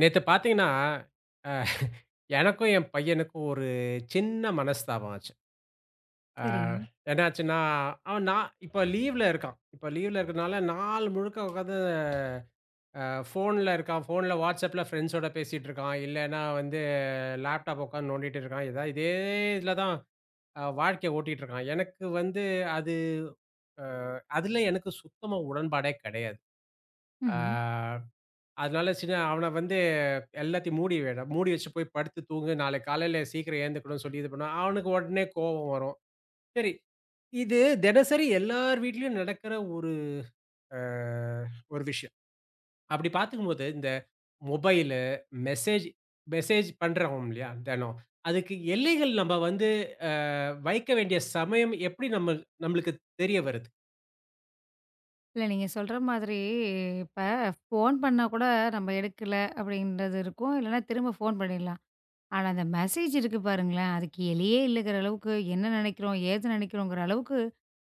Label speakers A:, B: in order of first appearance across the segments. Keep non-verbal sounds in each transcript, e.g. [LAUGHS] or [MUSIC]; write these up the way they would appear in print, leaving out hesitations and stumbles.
A: நேத்து பார்த்தீங்கன்னா, அ எனக்கும் என் பையனுக்கும் ஒரு சின்ன மனஸ்தாபம் ஆச்சு. அ
B: சரிங்க.
A: என்னாச்சுன்னா, அவன் நான் இப்ப லீவ்ல இருக்கான். இப்ப லீவ்ல இருக்கறனால நாள் முழுக்க உட்காந்து அ ஃபோன்ல இருக்கான். ஃபோன்ல WhatsAppல ஃப்ரெண்ட்ஸோட பேசிட்டு இருக்கான். இல்லன்னா வந்து லேப்டாப் உட்காந்து நோண்டிட்டு இருக்கான். ஏதா இதே இதுல தான் வாழ்க்கைய ஓட்டிட்டு இருக்கான். எனக்கு வந்து அது அ அதுல எனக்கு சுத்தமா உடன்பாடே கிடையாது. ஆ.
B: ம்ஹ்ம்.
A: அதனால சின்ன அவன வந்து எல்லாத்தையும் மூடி வேணும். மூடி வச்சு போய் படுத்து தூங்கு. நாளைக்கு காலையில சீக்கிரம் ஏந்துக்கணும்னு சொல்லி இது பண்ணுவேன். அவனுக்கு உடனே கோவம் வரும். சரி, இது தினசரி எல்லார் வீட்லயும் நடக்கிற ஒரு அ ஒரு விஷயம். அப்படி பார்த்துக்கும்போது இந்த மொபைலு, மெசேஜ் மெசேஜ் பண்றோம் இல்லையா? தினம். அதுக்கு எல்லைகள் நம்ம வந்து அ வைக்க வேண்டிய சமயம் எப்படி நம்ம நம்மளுக்கு தெரிய வருது?
B: இல்ல நீங்க சொல்ற மாதிரி இப்ப ஃபோன் பண்ணா கூட நம்ம எடுக்கல அப்படின்றது இருக்கும். இல்லன்னா திரும்ப ஃபோன் பண்ணிடலாம். ஆனா அந்த மெசேஜ் இருக்கு பாருங்களேன், அதுக்கு எலியே இல்லங்கிற அளவுக்கு என்ன நினைக்கிறோம், ஏது நினைக்கிறோங்கிற அளவுக்கு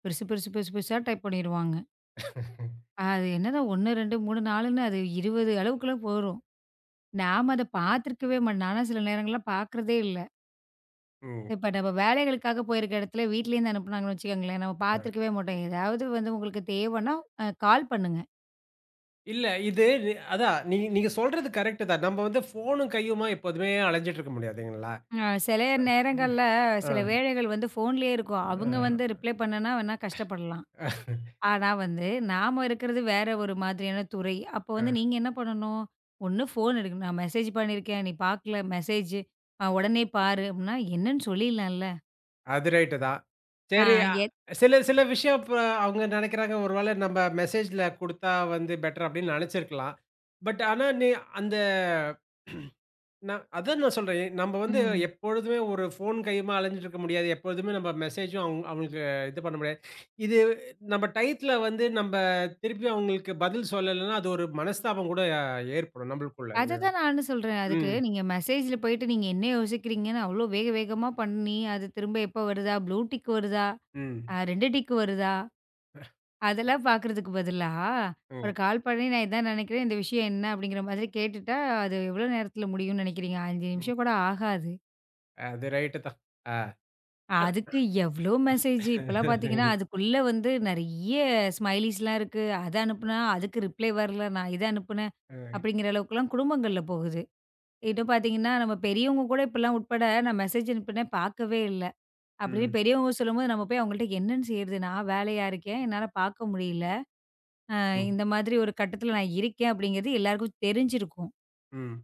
B: பெருசு பெருசு பெருசு பெருசா டைப் பண்ணிருவாங்க.
A: [LAUGHS]
B: அது என்னன்னா 1, 2, 3, 4ன்னு அது 20 அளவுக்குலாம் போரும். நாம அத பார்த்துருக்கவே மாட்டோம். நான்லாம் சில நேரங்கள்ல பார்க்குறதே இல்ல.
A: ம்.
B: இப்ப நம்ம வேலைகளுக்காக போயிருக்க இடத்துல வீட்லேருந்து அனுப்புனாங்கன்னு வச்சுக்கோங்களேன், நம்ம
A: அ.
B: பார்த்துருக்கவே மாட்டோம். ஏதாவது வந்து உங்களுக்கு தேவைன்னா கால் பண்ணுங்க.
A: இல்ல. இது நி அதான் நீ நீங்க சொல்றது கரெக்ட்டு தான். நம்ம வந்து ஃபோனும் கையுமா எப்போதுமே அலைஞ்சிட்டு இருக்க முடியாதுங்களா?
B: அ சில
A: ம்.
B: நேரங்கள்ல
A: ஆ,
B: சில வேலைகள் வந்து ஃபோன்லயே இருக்கும். அவங்க வந்து
A: ஆ.
B: ரிப்ளை பண்ணனா வேணா கஷ்டப்படலாம். ஆனா வந்து, நாம இருக்கிறது வேற ஒரு மாதிரியான துறை. அப்போ வந்து
A: அ
B: நீங்க என்ன பண்ணணும்? ஒண்ணு ஃபோன் எடுக்கணும். "நான் மெசேஜ் பண்ணியிருக்கேன். நீ பார்க்கல மெசேஜு. உடனே பாரு" அப்படின்னா என்னன்னு சொல்லிடலாம்ல.
A: அது ரைட்டு தான்.
B: ஆ
A: சரி.
B: எத்
A: சில சில விஷயம் இப்ப அவங்க நெனைக்கிறாங்க, ஒரு வேள நம்ம மெசேஜ்ல குடுத்தா வந்து பெட்டர் அப்படின்னு நெனைச்சிருக்கலாம். பட் ஆனா நீ அந்த நான் அதான் நான் சொல்றேன். எ- நம்ம வந்து
B: ம்.
A: எப்பொழுதுமே ஒரு ஃபோன் கையுமா அலைஞ்சுட்டு இருக்க முடியாது. எப்பொழுதுமே நம்ம மெசேஜும் அவுங் அவங்களுக்கு இது பண்ண முடியாது. இது நம்ம டயத்துல வந்து நம்ப திருப்பி அவங்களுக்கு பதில் சொல்லலன்னா, அது ஒரு மனஸ்தாபம் கூட ஏற்படும் நம்மளுக்குள்ள இல்லையா?
B: அததான் நானும் சொல்றேன். அதுக்கு
A: ம்,
B: நீங்க மெசேஜ்ல போயிட்டு நீங்க என்ன யோசிக்கிறீங்கன்னு அவ்வளோ வேக வேகமா பண்ணி, அது திரும்ப எப்போ வருதா? ப்ளூ டிக் வருதா?
A: ம்.
B: 2 டிக் வருதா? அதெல்லாம் பார்க்குறதுக்கு பதிலா, ஒரு
A: ம்,
B: கால் பண்ணி நான் இதான் நினைக்கிறேன், இந்த விஷயம் என்ன அப்படிங்கிற மாதிரி கேட்டுட்டா, அது எவ்வளோ நேரத்தில முடியும்னு நினைக்கிறீங்க? 5
A: ம்.
B: நிமிஷம் கூட ஆகாது.
A: அது ரைட்டு தான். ஆ.
B: அதுக்கு எவ்வளோ மெசேஜ் இப்பலாம் பார்த்தீங்கன்னா, அதுக்குள்ள வந்து நெறைய ஸ்மைலீஸ்லாம் இருக்கு. அத அனுப்புனா, அதுக்கு ரிப்ளை வரல. நான் இத அனுப்புனேன்.
A: ம்,
B: அப்படிங்கிற அளவுக்குலாம் குடும்பங்கள்ல போகுது. இன்னும் பார்த்தீங்கன்னா, நம்ம பெரியவங்க கூட இப்பலாம் உட்பட நான் மெசேஜ் அனுப்புனேன் பார்க்கவே இல்ல. அப்படின்னு
A: ம்,
B: பெரியவங்க சொல்லும்போது, நம்ம போய் அவங்கள்ட்ட என்னன்னு செய்றது? நான் வேலையா இருக்கேன். என்னால பார்க்க முடியல.
A: ம்,
B: இந்த மாதிரி ஒரு கட்டத்தில நான் இருக்கேன் அப்படிங்கிறது எல்லாருக்கும் தெரிஞ்சிருக்கும்.
A: ம்.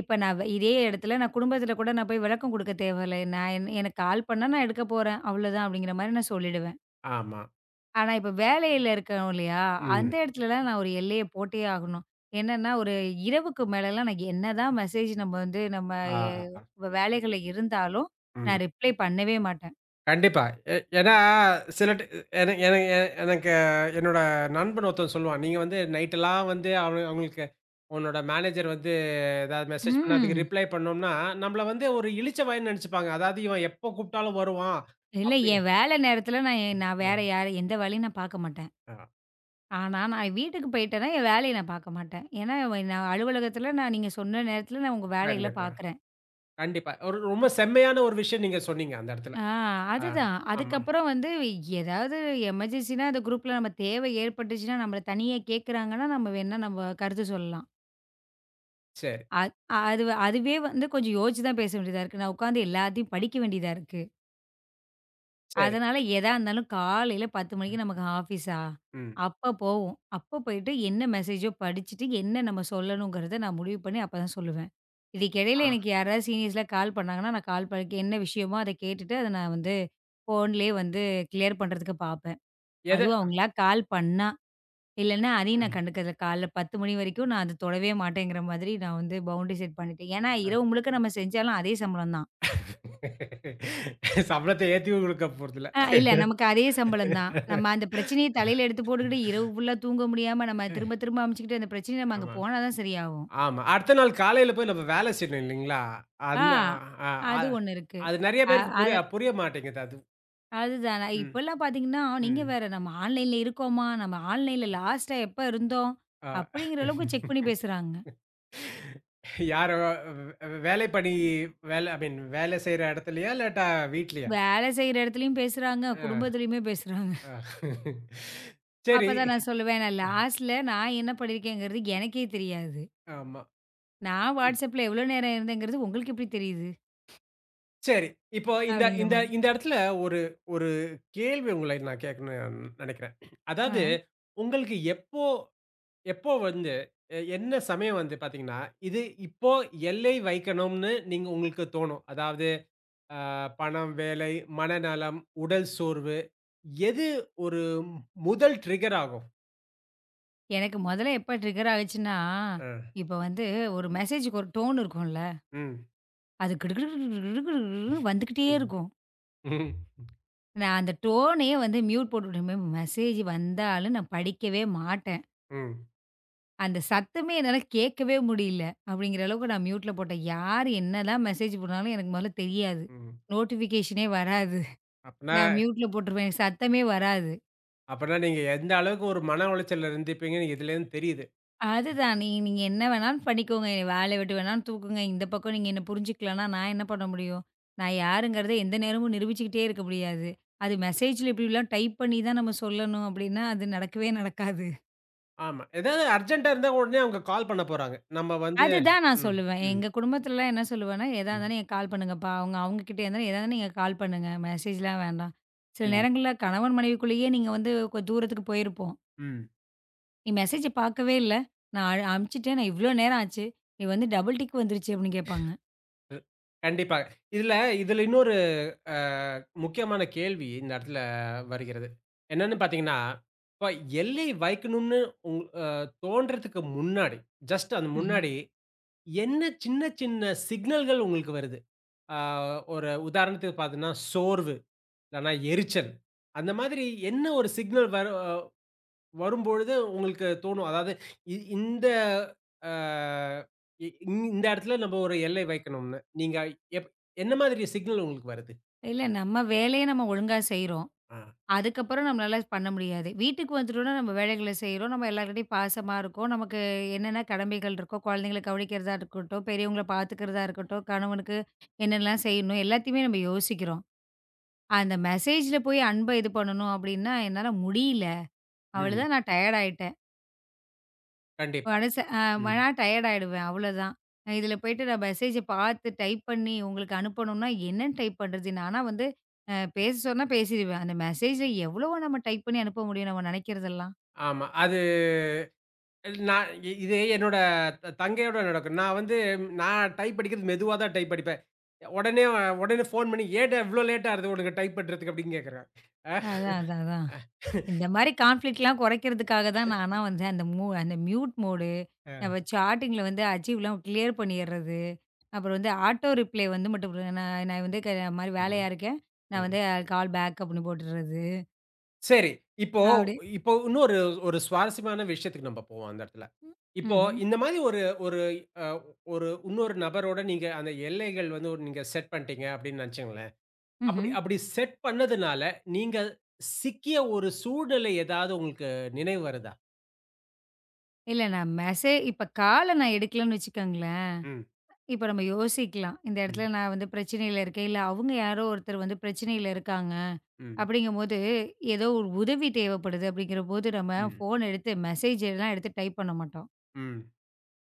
B: இப்ப நான் இதே இடத்துல நான் குடும்பத்தில கூட நான் போய் விளக்கம் குடுக்க தேவையில்ல. நான் என் எனக்கு கால் பண்ணா நான் எடுக்க போறேன். அவ்வளோதான் அப்படிங்கிற மாரி நான் சொல்லிடுவேன்.
A: ஆமா.
B: ஆனா இப்ப வேலையில இருக்கோம் இல்லையா? அந்த
A: ம்.
B: இடத்துலலாம் நான் ஒரு எல்லைய போட்டே ஆகணும். என்னன்னா ஒரு இரவுக்கு மேலலாம் நான் என்னதான் மெசேஜ் நம்ம வந்து நம்ம
A: ஆ.
B: எ வேலைகள்ல இருந்தாலும், நான்
A: ம்.
B: ரிப்ளை பண்ணவே மாட்டேன்.
A: கண்டிப்பா. எ ஏன்னா சில ட என என எ எனக்கு என்னோட நண்பன் ஒருத்தன் சொல்லுவான். நீங்க வந்து நைட்டெல்லாம் வந்து அவ அவங்களுக்கு உன்னோட மேனேஜர் வந்து ஏதாவது மெசேஜ் பண்ணா அதுக்கு
B: ம்.
A: ரிப்ளை பண்ணோம்னா, நம்மள வந்து ஒரு இளிச்ச வாயின்னு நெனச்சுப்பாங்க. அதாவது இவன் எப்போ கூப்பிட்டாலும் வருவான்.
B: இல்ல
A: அப்படி
B: என் வேலை நேரத்தில நான் வேற யார எந்த வேலையும் நான் பார்க்க மாட்டேன்.
A: அ, அ
B: ஆனா, நான் வீட்டுக்கு போயிட்டேன்னா, என் வேலைய நான் பார்க்க மாட்டேன். ஏன்னா, நான் அலுவலகத்தில நான் நீங்க சொன்ன நேரத்தில நான் உங்க வேலைகள
A: கண்டிப்பா,
B: பார்க்குறேன்.
A: கண்டிப்பா. ஒரு ரொம்ப செம்மையான ஒரு விஷயம் நீங்க சொன்னீங்க அந்த இடத்துல.
B: ஆ
A: ஆ,
B: அதுதான்.
A: ஆமா.
B: அதுக்கப்புறம் வந்து ஏதாவது எமர்ஜென்சின்னா அந்த குரூப்ல நம்ம தேவை ஏற்பட்டுச்சுன்னா, நம்மள தனியா கேட்குறாங்கன்னா, நம்ம வேணா நம்ம கருத்து சொல்லலாம்.
A: சரி,
B: அ அது அதுவே வந்து கொஞ்சம் யோசிச்சு தான் பேச வேண்டியதா இருக்கு. நான் உட்காந்து எல்லாத்தையும் படிக்க வேண்டியதா இருக்கு.
A: சரி.
B: அதனால எதா இருந்தாலும் காலையில 10 மணிக்கு நமக்கு ஆஃபீஸா,
A: ம்.
B: அப்ப போவோம். அப்ப போயிட்டு என்ன மெசேஜோ படிச்சுட்டு, என்ன நம்ம சொல்லணுங்கிறத நான் முடிவு பண்ணி அப்ப தான் சொல்லுவேன்.
A: ஆ
B: இதுக்கிடையில எனக்கு யாராவது சீனியர்ஸ்ல கால் பண்ணாங்கன்னா, நான் கால் பண்ணி என்ன விஷயமோ அத கேட்டுட்டு, அத நான் வந்து ஃபோன்லயே வந்து கிளியர் பண்றதுக்கு பார்ப்பேன்.
A: எத
B: அதுவும் அவங்களா கால் பண்ணா, இல்லன்னா அதையும் நான்
A: ம்.
B: கண்டுக்கறதில்ல. காலைல 10 மணி வரைக்கும் நான் அது தொடவே மாட்டேங்கிற மாதிரி நான் வந்து பவுண்டரி செட் பண்ணிட்டேன். ஏன்னா,
A: அ.
B: இரவு முழுக்க நம்ம செஞ்சாலும் அதே சம்பளம் தான்.
A: சம்பளத்த [LAUGHS] ஏத்தி குடுக்க போறதில்ல.
B: இல்ல நமக்கு அதே சம்பளம் தான். நம்ம அந்த
A: [LAUGHS]
B: பிரச்சனைய தலையில எடுத்து போட்டுக்கிட்டு இரவு ஃபுல்லா தூங்க முடியாம நம்ம
A: ம்.
B: திரும்ப திரும்ப அமச்சுக்கிட்டு அந்த பிரச்சனைய நம்ம அங்க
A: ஆமா.
B: போனா தான் சரியாகும்.
A: ஆமா. அடுத்த நாள் காலையில போய் நம்ம வேலை செய்யணும் இல்லைங்களா?
B: ஆ
A: அந்த அ அ
B: அது ஒண்ணு இருக்கு.
A: அது நெறைய
B: அ
A: பேருக்கு
B: அத
A: புரிய புரிய மாட்டேங்குது அது.
B: அதுதான்.
A: ம்.
B: இப்பலாம் பார்த்தீங்கன்னா, நீங்க
A: ம்.
B: வேற நம்ம ஆன்லைன்ல இருக்கோமா? நம்ம ஆன்லைன்ல லாஸ்ட்டா எப்ப இருந்தோம்?
A: ஆ.
B: அப்படிங்கிற அளவுக்கு செக் பண்ணி பேசுறாங்க.
A: யாரோ வ் வேலைப்பணி வேலை ஐ மீன் வேலை செய்ற இடத்துலயா? இல்லாட்டா வீட்லயா?
B: வேலை செய்ற இடத்துலயும் பேசுறாங்க,
A: ஆ,
B: குடும்பத்திலயுமே பேசுறாங்க.
A: ஆ. சரி.
B: அப்பதான் நான் சொல்லுவேன், நான் லாஸ்ட்ல நான் என்ன பண்ணியிருக்கேங்கிறது எனக்கே தெரியாது.
A: ஆமா.
B: நான் WhatsAppல எவ்வளோ நேரம் இருந்தேங்கிறது உங்களுக்கு எப்படி தெரியுது?
A: சரி. இப்போ இந்த
B: அப்படிங்கிற
A: இந்த
B: மாரி.
A: இந்த இடத்துல ஒரு ஒரு கேள்வி உங்கள நான் கேட்கணும்னு நெனைக்கிறேன். அதாவது
B: ஆ.
A: உங்களுக்கு எப்போ எப்போ வந்து எ என்ன சமயம் வந்து பார்த்தீங்கன்னா, இது இப்போ எல்லை வைக்கணும்னு நீங்க உங்களுக்கு தோணும். அதாவது அ பணம், வேலை, மனநலம், உடல் சோர்வு எது ஒரு மு- முதல் ட்ரிகர் ஆகும்?
B: எனக்கு மொதல்ல எப்ப ட்ரிகர் ஆகுச்சுன்னா,
A: அ.
B: இப்ப வந்து ஒரு மெசேஜுக்கு ஒரு டோன் இருக்கும்ல.
A: ம்.
B: அது கிடு கிடு கிடு கிடு கிடுன்னு வந்துகிட்டே
A: ம்.
B: இருக்கும்.
A: ம்.
B: நான் அந்த டோனயே வந்து மியூட் போட்டு விட்டுருவேன். மெசேஜ் வந்தாலும் நான் படிக்கவே மாட்டேன்.
A: ம்.
B: அந்த சத்தமே என்னால கேட்கவே முடியல. அப்படிங்கிற அளவுக்கு நான் மியூட்ல போட்டேன். யார் என்னதான் மெசேஜ் பண்ணாலும் எனக்கு மொதல்ல தெரியாது.
A: ம்.
B: நோட்டிஃபிகேஷனே வராது.
A: அப்பன்னா
B: நான் மியூட்ல போட்டுருவேன். சத்தமே வராது.
A: அப்பன்னா நீங்க எந்த அளவுக்கு ஒரு மன உளைச்சல்ல இருந்திருப்பீங்கன்னு இதுலேருந்து தெரியுது.
B: அதுதான். நீங்க என்ன வேணாலும் பண்ணிக்கோங்க. என்னைய வேலைய விட்டு வேணாலும் தூக்குங்க. இந்த பக்கம் நீங்க என்ன புரிஞ்சுக்கலன்னா, நான் என்ன பண்ண முடியும்? நான் யாருங்கிறத எந்த நேரமும் நிரூபிச்சுக்கிட்டே இருக்க முடியாது. அது மெசேஜ்ல இப்படிலாம் டைப் பண்ணி தான் நம்ம சொல்லணும் அப்படின்னா, அது நடக்கவே நடக்காது.
A: ஆமா. ஏதாவது அர்ஜென்ட்டா இருந்தா உடனே அவங்க கால் பண்ண போறாங்க. நம்ம வந்து
B: அதுதான் நான்
A: ம்.
B: சொல்லுவேன்.
A: ம்.
B: எங்க குடும்பத்துலலாம் என்ன சொல்லுவேன்னா, எதா
A: ம்.
B: இருந்தாலும் நீங்க கால் பண்ணுங்கப்பா. அவங்க அவங்க கிட்ட இருந்தாலும் எதா இருந்தாலும் நீங்க கால் பண்ணுங்க. மெசேஜ்லாம் வேண்டாம். சில
A: ம்.
B: நேரங்கள்ல கணவன் மனைவிக்குள்ளேயே நீங்க வந்து கொஞ்ச தூரத்துக்கு போயிருப்போம்.
A: ம்.
B: "நீ மெசேஜ பார்க்கவே இல்ல. நான் அனுப்பிச்சுட்டேன். நான் இவ்ளோ நேரம் ஆச்சு. நீ வந்து டபுள் டிக் வந்துருச்சு" அப்படின்னு கேட்பாங்க.
A: கண்டிப்பாக. இதுல இதுல இன்னொரு அ முக்கியமான கேள்வி இந்த இடத்துல வருகிறது. என்னன்னு பார்த்தீங்கன்னா, இப்ப எல்லை வைக்கணும்னு உங் அ தோன்றதுக்கு முன்னாடி, ஜஸ்ட் அது முன்னாடி என்ன சின்ன சின்ன சிக்னல்கள் உங்களுக்கு வருது? அ ஒரு உதாரணத்துக்கு பார்த்தீங்கன்னா, சோர்வு, இல்லன்னா எரிச்சல். அந்த மாதிரி என்ன ஒரு சிக்னல் வரு வரும்பொழுது உங்களுக்கு தோணும். அதாவது இ இந்த அ இ இந்~ இந்த இடத்துல நம்ம ஒரு எல்லை வைக்கணும்னு. நீங்க எப் என்ன மாதிரி சிக்னல் உங்களுக்கு வருது?
B: இல்ல நம்ம வேலைய நம்ம ஒழுங்கா செய்றோம்.
A: ஆ.
B: அதுக்கப்புறம் நம்மளால பண்ண முடியாது. வீட்டுக்கு வந்துட்டோம்னா நம்ம வேலைகள செய்றோம். நம்ம எல்லார்கிட்டயும் பாசமா இருக்கோம். நமக்கு என்னென்ன கடமைகள் இருக்கோ, குழந்தைங்கள கவனிக்கிறதா இருக்கட்டும், பெரியவங்கள பார்த்துக்கிறதா இருக்கட்டும், கணவனுக்கு என்னெல்லாம் செய்யணும் எல்லாத்தையுமே நம்ம யோசிக்கிறோம். அந்த மெசேஜ்ல போய் இது பண்ணணும் அப்டின்னா என்னால முடியல.
A: ம்.
B: அவ்வளதான் நான் டயர்ட் ஆயிட்டேன்.
A: கண்டிப்பா.
B: மனச அ
A: ம்.
B: ஆனா டயர்ட் ஆயிடுவேன் அவ்வளோதான். இதில போயிட்டு நான் மெசேஜ பார்த்து டைப் பண்ணி உங்களுக்கு அனுப்பணும்னா, என்னன்னு டைப் பண்றது? நானா வந்து அ பேச சொன்னா பேசிருவேன். அந்த மெசேஜ்ல எவ்வளவோ நம்ம டைப் பண்ணி அனுப்ப முடியும் நம்ம நினைக்கிறதெல்லாம்.
A: ஆமா. அது நான் இ இது என்னோட த தங்கையோட நடக்கும். நான் வந்து நான் டைப் அடிக்கிறது மெதுவா தான் டைப் அடிப்பேன். உடனே உடனே ஃபோன் பண்ணி, "ஏன்டா இவ்ளோ லேட் ஆகுது உனக்கு டைப் பண்றதுக்கு?" அப்படின்னு கேட்கறா. அ.
B: அதான். இந்த மாரி கான்ஃப்ளிக்ட்லாம் குறைக்கிறதுக்காக தான் நானா வந்து அந்த மியூட் மோடு,
A: அ.
B: நம்ம சாட்டிங்கில வந்து அச்சீவ்லாம் கிளியர் பண்ணிர்றது. அப்புறம் வந்து ஆட்டோ ரிப்ளே வந்து மட்டும் நான் நான் வந்து இந்த மாரி
A: ம்.
B: வேலையா இருக்கேன். நான்
A: ம்.
B: வந்து கால் பேக் அப்படின்னு போட்டுர்றது.
A: சரி. இப்போ
B: அப்படி
A: இப்போ இன்னொரு ஒரு சுவாரஸ்யமான விஷயத்துக்கு நம்ம போவோம் அந்த இடத்துல. இப்போ
B: ம்ஹ்ம்,
A: இந்த மாரி ஒரு ஒரு அ ஒரு இன்னொரு நபரோட நீங்க அந்த எல்லைகள் வந்து ஒரு நீங்க செட் பண்ணிட்டீங்க அப்படின்னு நினைச்சுக்கங்களேன். அப்படி
B: ம்ஹ்ம்.
A: அப்படி செட் பண்ணதுனால, நீங்க சிக்கிய ஒரு சூழ்நிலை ஏதாவது உங்களுக்கு நினைவு வருதா?
B: இல்ல நான் மெசே இப்ப கால நான் எடுக்கலன்னு வச்சுக்கோங்களேன்.
A: ம்,
B: இப்ப நம்ம யோசிக்கலாம். இந்த
A: ம்,
B: இடத்துல நான் வந்து பிரச்சனையில இருக்கேன். இல்ல அவங்க யாரோ ஒருத்தர் வந்து பிரச்சனையில இருக்காங்க.
A: ம்,
B: அப்படிங்கும்போது, ஏதோ ஒரு உதவி தேவைப்படுது அப்படிங்கிறபோது நம்ம
A: ம்,
B: ஃபோன் எடுத்து மெசேஜ் எல்லாம் எடுத்து டைப் பண்ண மாட்டோம்.
A: ம்.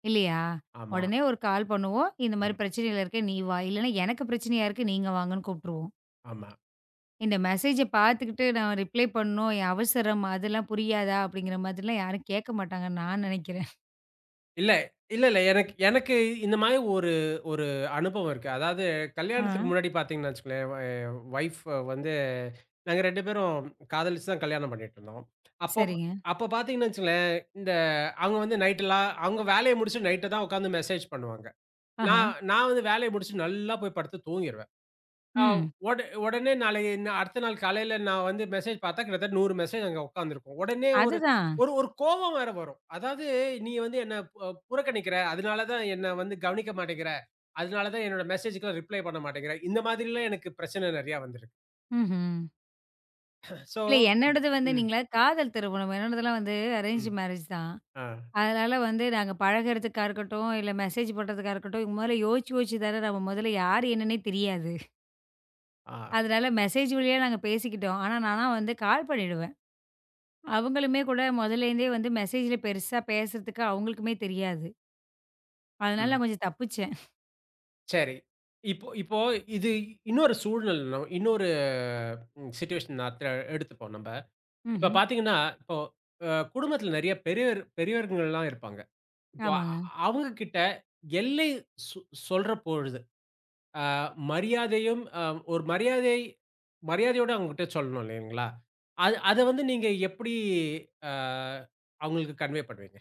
B: இல்லையா?
A: ஆமா.
B: உடனே ஒரு கால் பண்ணுவோம். இந்த மாரி
A: ம்.
B: பிரச்சனையில இருக்கேன் நீ வா. இல்லன்னா எனக்கு பிரச்சனையா இருக்கு நீங்க வாங்கன்னு கூப்பிட்டுருவோம்.
A: ஆமா.
B: இந்த மெசேஜ பார்த்துக்கிட்டு நான் ரிப்ளை பண்ணணும். என் அவசரம் அதெல்லாம் புரியாதா? அப்படிங்கிற மாதிரிலாம் யாரும் கேட்க மாட்டாங்கன்னு நான் நினைக்கிறேன்.
A: இல்ல, இல்ல. எனக்கு எனக்கு இந்த மாரி ஒரு ஒரு அனுபவம் இருக்கு. அதாவது
B: ஆ.
A: கல்யாணத்துக்கு முன்னாடி பார்த்தீங்கன்னு வச்சுக்கோங்களேன், வ வைஃப் வந்து நாங்க 2 பேரும் காதலிச்சு தான் கல்யாணம் பண்ணிட்டுருந்தோம். அப்போ
B: சரிங்க.
A: அப்போ பார்த்தீங்கன்னு வச்சுக்கோங்களேன், இந்த அவங்க வந்து நைட்டெல்லாம் அவங்க வேலைய முடிச்சுட்டு நைட்டு தான் உட்காந்து மெசேஜ் பண்ணுவாங்க.
B: ஆஹா.
A: நான் நான் வந்து வேலைய முடிச்சுட்டு நல்லா போய் படுத்து தூங்கிருவேன். ஆ
B: ம்.
A: ஒட உடனே நாளைய ந அடுத்த நாள் காலையில நான் வந்து மெசேஜ் பார்த்தா, கிட்டத்தட்ட 100 மெசேஜ் அங்க உட்கார்ந்திருக்கும். உடனே ஒரு
B: அதுதான்.
A: ஒரு ஒரு கோவம் வேற வரும். அதாவது நீ வந்து என்ன புறக்கணிக்கிற, அதனால தான் என்ன வந்து கவனிக்க மாட்டேங்கிற, அதனால தான் என்னோட மெசேஜ்க்குலாம் ரிப்ளை பண்ண மாட்டேங்கிற, இந்த மாதிரிலாம் எனக்கு பிரச்சனை நெறையா வந்திருக்கு.
B: ம்ஹ்ம்.
A: ஸோ
B: இல்ல என்னோடது வந்து
A: ம்,
B: நீங்களா காதல் திருமணம். என்னோடதெல்லாம் வந்து அரேஞ்ச்
A: ம்.
B: மேரேஜ் தான்.
A: ஆ,
B: அதனால வந்து நாங்க பழகுறதுக்கா இருக்கட்டும், இல்ல மெசேஜ் போடுறதுக்கா இருக்கட்டும், இதுக்கு முதல்ல யோசிச்சு யோசிச்சு தானே நம்ம முதல்ல யார் என்னன்னே தெரியாது.
A: ஆ,
B: அதனால மெசேஜ் வழியா நாங்க பேசிக்கிட்டோம். ஆனா நானா வந்து கால் பண்ணிடுவேன். அவங்களுமே கூட முதல்லேருந்தே வந்து மெசேஜ்ல பெருசா பேசுறதுக்கு அவங்களுக்குமே தெரியாது. அதனால
A: ம்.
B: நான் கொஞ்சம் தப்பிச்சேன்.
A: சரி. இப்போ இப்போ இது இன்னொரு சூழ்நிலை, நம்ம இன்னொரு ம் சிட்யூவேஷன் நான் த எடுத்துப்போம் நம்ப. இப்ப
B: ம்ஹ்ம்.
A: பார்த்தீங்கன்னா, இப்போ குடும்பத்தில நெறைய பெரியவர் பெரியவர்கள்லாம் இருப்பாங்க. இப்போ அ
B: ஆமாங்க.
A: அவங்க கிட்ட எல்லை சொ சொல்ற பொழுது, அ மரியாதையும் அ ஒரு மரியாதை மரியாதையோட அவங்ககிட்ட சொல்லணும் இல்லைங்களா? அது அத வந்து நீங்க எப்படி அ அவங்களுக்கு கன்வே பண்ணுவீங்க?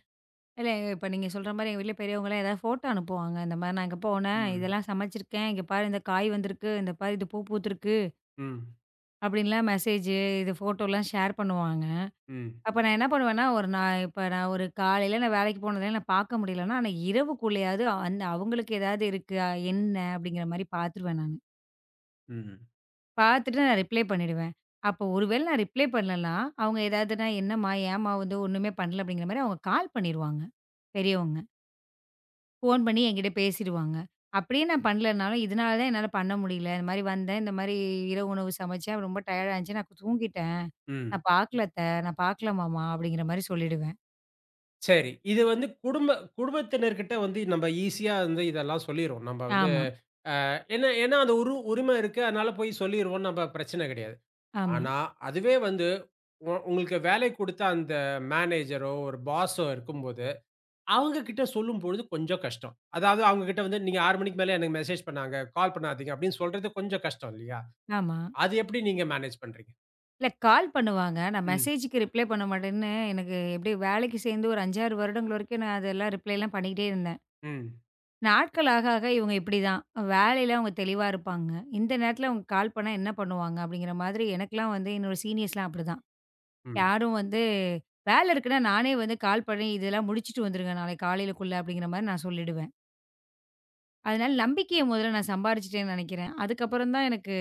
B: இல்ல, இப்ப நீங்க சொல்ற மாரி எங்க வீட்ல பெரியவங்கலாம் ஏதாவது ஃபோட்டோ அனுப்புவாங்க. இந்த மாரி நான் இங்க போனேன்,
A: ம்.
B: இதெல்லாம் சமைச்சிருக்கேன், இங்க பாரு இந்த காய் வந்திருக்கு, இந்த பாரு இது பூ பூத்திருக்கு
A: ம்.
B: அப்படின்லாம் மெசேஜ், இது ஃபோட்டோலாம் ஷேர் பண்ணுவாங்க.
A: ம்.
B: அப்ப நான் என்ன பண்ணுவேன்னா, ஒரு நான் இப்ப நான் ஒரு காலையில நான் வேலைக்கு போனதுனால நான் பார்க்க முடியலன்னா, ஆனா இரவுக்குள்ளயாவது அந்த அவங்களுக்கு ஏதாவது இருக்கா, என்ன அப்படிங்கிற மாரி பார்த்துருவேன் நானு.
A: ம்.
B: பார்த்துட்டு நான் ரிப்ளை பண்ணிடுவேன். அப்போ ஒருவேளை நான் ரிப்ளை பண்ணலன்னா, அவங்க ஏதாவதுனா, "என்னம்மா, ஏம்மா வந்து ஒண்ணுமே பண்ணல" அப்படிங்கிற மாரி அவங்க கால் பண்ணிருவாங்க, பெரியவங்க. ஃபோன் பண்ணி என்கிட்ட பேசிருவாங்க. அப்படியே நான் பண்ணலனாலும், "இதனால தான் என்னால பண்ண முடியல. இந்த மாரி வந்தேன். இந்த மாரி இரவு உணவு சமைச்சேன். ரொம்ப டயர்டா இருந்துச்சு. நான் தூங்கிட்டேன்.
A: ம்.
B: நான் பார்க்கல அத்த. நான் பார்க்கல மாமா." அப்படிங்கிற மாரி சொல்லிடுவேன்.
A: சரி. இது வந்து குடும்ப குடும்பத்தினர்கிட்ட வந்து நம்ம ஈஸியா வந்து இதெல்லாம் சொல்லிருவோம். நம்ம வந்து
B: ஆமா,
A: ஏன்னா ஏன்னா அந்த உரு உரிமை இருக்கு. அதனால போய் சொல்லிருவோம். நம்ம பிரச்சனை கிடையாது.
B: ஆமா,
A: ஆனா, அதுவே வந்து உங்களுக்கு வேலை குடுத்த அந்த மேனேஜரோ, ஒரு பாஸோ இருக்கும்போது, அவங்க கிட்ட சொல்லும்பொழுது கொஞ்சம் கஷ்டம். அதாவது அவங்க கிட்ட வந்து நீங்க 6 மணிக்கு மேல எனக்கு மெசேஜ் பண்ணாங்க, கால் பண்ணாதீங்க அப்படின்னு சொல்றது கொஞ்சம் கஷ்டம் இல்லையா?
B: ஆமா.
A: அது எப்படி நீங்க மேனேஜ் பண்றீங்க?
B: இல்ல கால் பண்ணுவாங்க. நான்
A: ம்,
B: மெசேஜுக்கு ரிப்ளை பண்ண மாட்டேன்னு எனக்கு எப்படியோ வேலைக்கு சேர்ந்து ஒரு 5, 6 வருடங்கள் வரைக்கும் நான் அதெல்லாம் ரிப்ளைலாம் பண்ணிக்கிட்டே இருந்தேன்.
A: ம்,
B: நாட்கள் ஆக ஆக இவங்க இப்படிதான். வேலையில அவங்க தெளிவா இருப்பாங்க. இந்த நேரத்தில அவங்க கால் பண்ணா என்ன பண்ணுவாங்க? அப்படிங்கிற மாதிரி எனக்கெல்லாம் வந்து என்னோட சீனியர்ஸ்லாம் அப்படிதான்.
A: ம்,
B: யாரும் வந்து வேலை இருக்குன்னா நானே வந்து கால் பண்ணி இதெல்லாம் முடிச்சுட்டு வந்துருங்க நாளைக்கு காலையிலக்குள்ள அப்படிங்கிற மாதிரி நான் சொல்லிடுவேன். அதனால நம்பிக்கைய முதல்ல நான் சம்பாரிச்சுட்டேன்னு நெனைக்கிறேன். அதுக்கப்புறம் தான் எனக்கு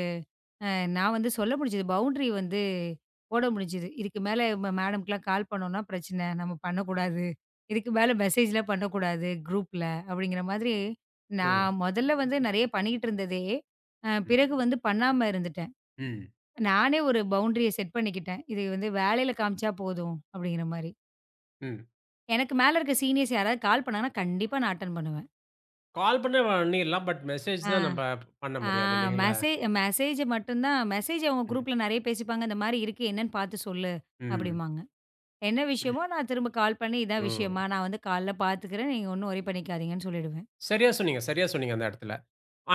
B: அ நான் வந்து சொல்ல முடிஞ்சது. பவுண்டரி வந்து போட முடிஞ்சது. இதுக்கு மேல மேடம்க்குலாம் கால் பண்ணோம்னா பிரச்சனை. நம்ம பண்ணக்கூடாது. இதுக்கு மேல மெசேஜ்லாம் பண்ணக்கூடாது குரூப்ல அப்படிங்கிற மாதிரி
A: ம்,
B: நான் முதல்ல வந்து நெறைய பண்ணிக்கிட்டு இருந்ததே,
A: ம்,
B: பிறகு வந்து பண்ணாம இருந்துட்டேன்.
A: ம்,
B: நானே ஒரு பவுண்டரிய செட் பண்ணிக்கிட்டேன். இது வந்து வேலையில காமிச்சா போதும் அப்படிங்கிற மாரி.
A: ம்.
B: எனக்கு மேல இருக்க சீனியர்ஸ் யாராவது கால் பண்ணாங்கன்னா, கண்டிப்பா நான் அட்டெண்ட் பண்ணுவேன்.
A: கால் பண்ண பண்ணிடலாம். பட் மெசேஜ்
B: ஆ,
A: தான் நம்ப பண்ண
B: ஆ
A: முடியாது இல்லைங்களா?
B: மெசே மெசேஜ் மட்டும் தான் மெசேஜ் அவங்க
A: ம்,
B: குரூப்ல நெறைய பேசிப்பாங்க. இந்த மாரி இருக்கு என்னன்னு பார்த்து சொல்லு
A: ம்,
B: அப்படிம்பாங்க. என்ன விஷயமோ நான் திரும்ப கால் பண்ணி, இதான் விஷயமா,
A: ம்.
B: நான் வந்து காலைல பார்த்துக்கிறேன். நீங்க ஒண்ணும் வொரி பண்ணிக்காதீங்கன்னு சொல்லிடுவேன்.
A: சரியா சொன்னீங்க, சரியா சொன்னீங்க அந்த இடத்துல.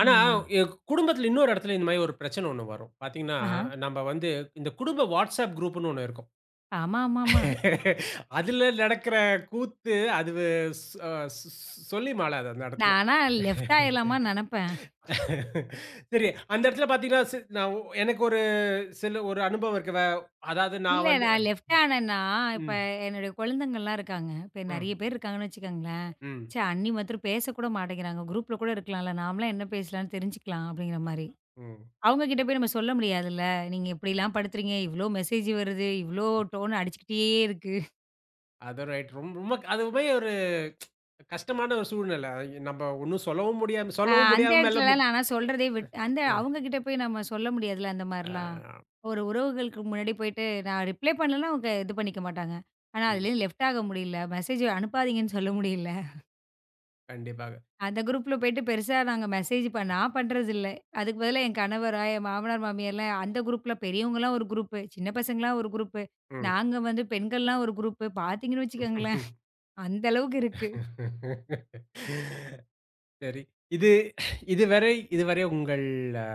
A: ஆனா, எ குடும்பத்தில இன்னொரு இடத்துல இந்த மாரி ஒரு பிரச்சனை ஒண்ணு வரும். பார்த்தீங்கன்னா,
B: ஆஹா.
A: நம்ம வந்து இந்த குடும்ப வாட்ஸ்அப் குரூப்ன்னு ஒண்ணு இருக்கும்.
B: ஆமா.
A: [LAUGHS] அதுல நடக்கிற கூத்து அது ஸ் அ ஸ் ஸ்- சொல்லி மாளாது அந்த இடத்துல.
B: நானா லெஃப்ட் ஆயிரலாமான்னு நெனப்பேன்.
A: சரி, அந்த இடத்துல பார்த்தீங்கன்னா, சி நான் ஒ எனக்கு ஒரு சில ஒரு அனுபவம் இருக்கு. வே அதாவது
B: இல்ல
A: நான் வந்து
B: நான் லெஃப்ட் ஆனேன்னா, இப்ப
A: ம்,
B: என்னுடைய குழந்தைங்கள்லாம் இருக்காங்க. இப்ப நெறைய
A: ம்,
B: பேர் இருக்காங்கன்னு வச்சுக்கோங்களேன்.
A: ம்,
B: ச்சே! அண்ணி மாத்திரம் பேசக்கூட மாட்டேங்கிறாங்க. குரூப்ல கூட இருக்கலாம்ல. நாமலாம் என்ன பேசலாம்னு தெரிஞ்சுக்கலாம் அப்படிங்கிற மாரி.
A: ம்.
B: அவங்க கிட்ட போய் நம்ம சொல்ல முடியாதுல்ல. நீங்க இப்படிலாம் படுத்துறீங்க, இவ்ளோ மெசேஜ் வருது, இவ்ளோ டோன் அடிச்சுக்கிட்டே இருக்கு.
A: அது ரைட். ரொம் ரொம்ப அதுவுமே ஒரு கஷ்டமான ஒரு சூழ்நிலை. நம்ம ஒண்ணும்
B: அ
A: சொல்லவும்
B: அந்த
A: முடியாம
B: இடத்துலலாம் நான் ஆனா சொல்றதே விட் அந்த
A: மெல்ல
B: அவங்க கிட்ட போய் நம்ம சொல்ல முடியாதுல்ல அந்த மாரிலாம்.
A: ஆ,
B: ஒரு உறவுகளுக்கு முன்னாடி போயிட்டு நான் ரிப்ளை பண்ணலன்னா அவங்க இது பண்ணிக்க மாட்டாங்க. ஆனா அதுலயும்
A: ம்.
B: லெஃப்ட் ஆக முடியல. மெசேஜ் அனுப்பாதீங்கன்னு சொல்ல முடியல.
A: கண்டிப்பாக.
B: அந்த குரூப்ல போயிட்டு பெருசா நாங்க மெசேஜ் ப நான் பண்றதில்ல. அதுக்கு பதிலா என் கணவரா, என் மாமனார், மாமியார்லாம் அந்த குரூப்ல பெரியவங்கலாம் ஒரு குரூப்பு, சின்ன பசங்கலாம் ஒரு குரூப்பு,
A: ம்.
B: நாங்க வந்து பெண்கள்லாம் ஒரு குரூப்பு. பார்த்தீங்கன்னு வச்சுக்கோங்களேன், அந்த அளவுக்கு இருக்கு.
A: சரி. இது இதுவரை இதுவரை உங்கள் அ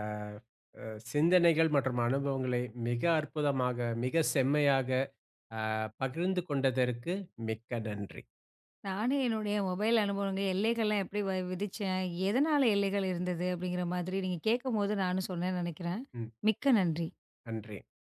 A: அ சிந்தனைகள் மற்றும் அனுபவங்களை மிக அற்புதமாக, மிக செம்மையாக அ பகிர்ந்து கொண்டதற்கு மிக்க நன்றி.
B: நானே என்னுடைய மொபைல் அனுபவங்க எல்லைகள்லாம் எப்படி விதிச்சேன், எதனால எல்லைகள் இருந்தது அப்படிங்கிற மாதிரி நீங்க கேட்கும்போது நானும் சொன்னேன்னு நெனைக்கிறேன்.
A: ம்.
B: மிக்க நன்றி.
A: நன்றி.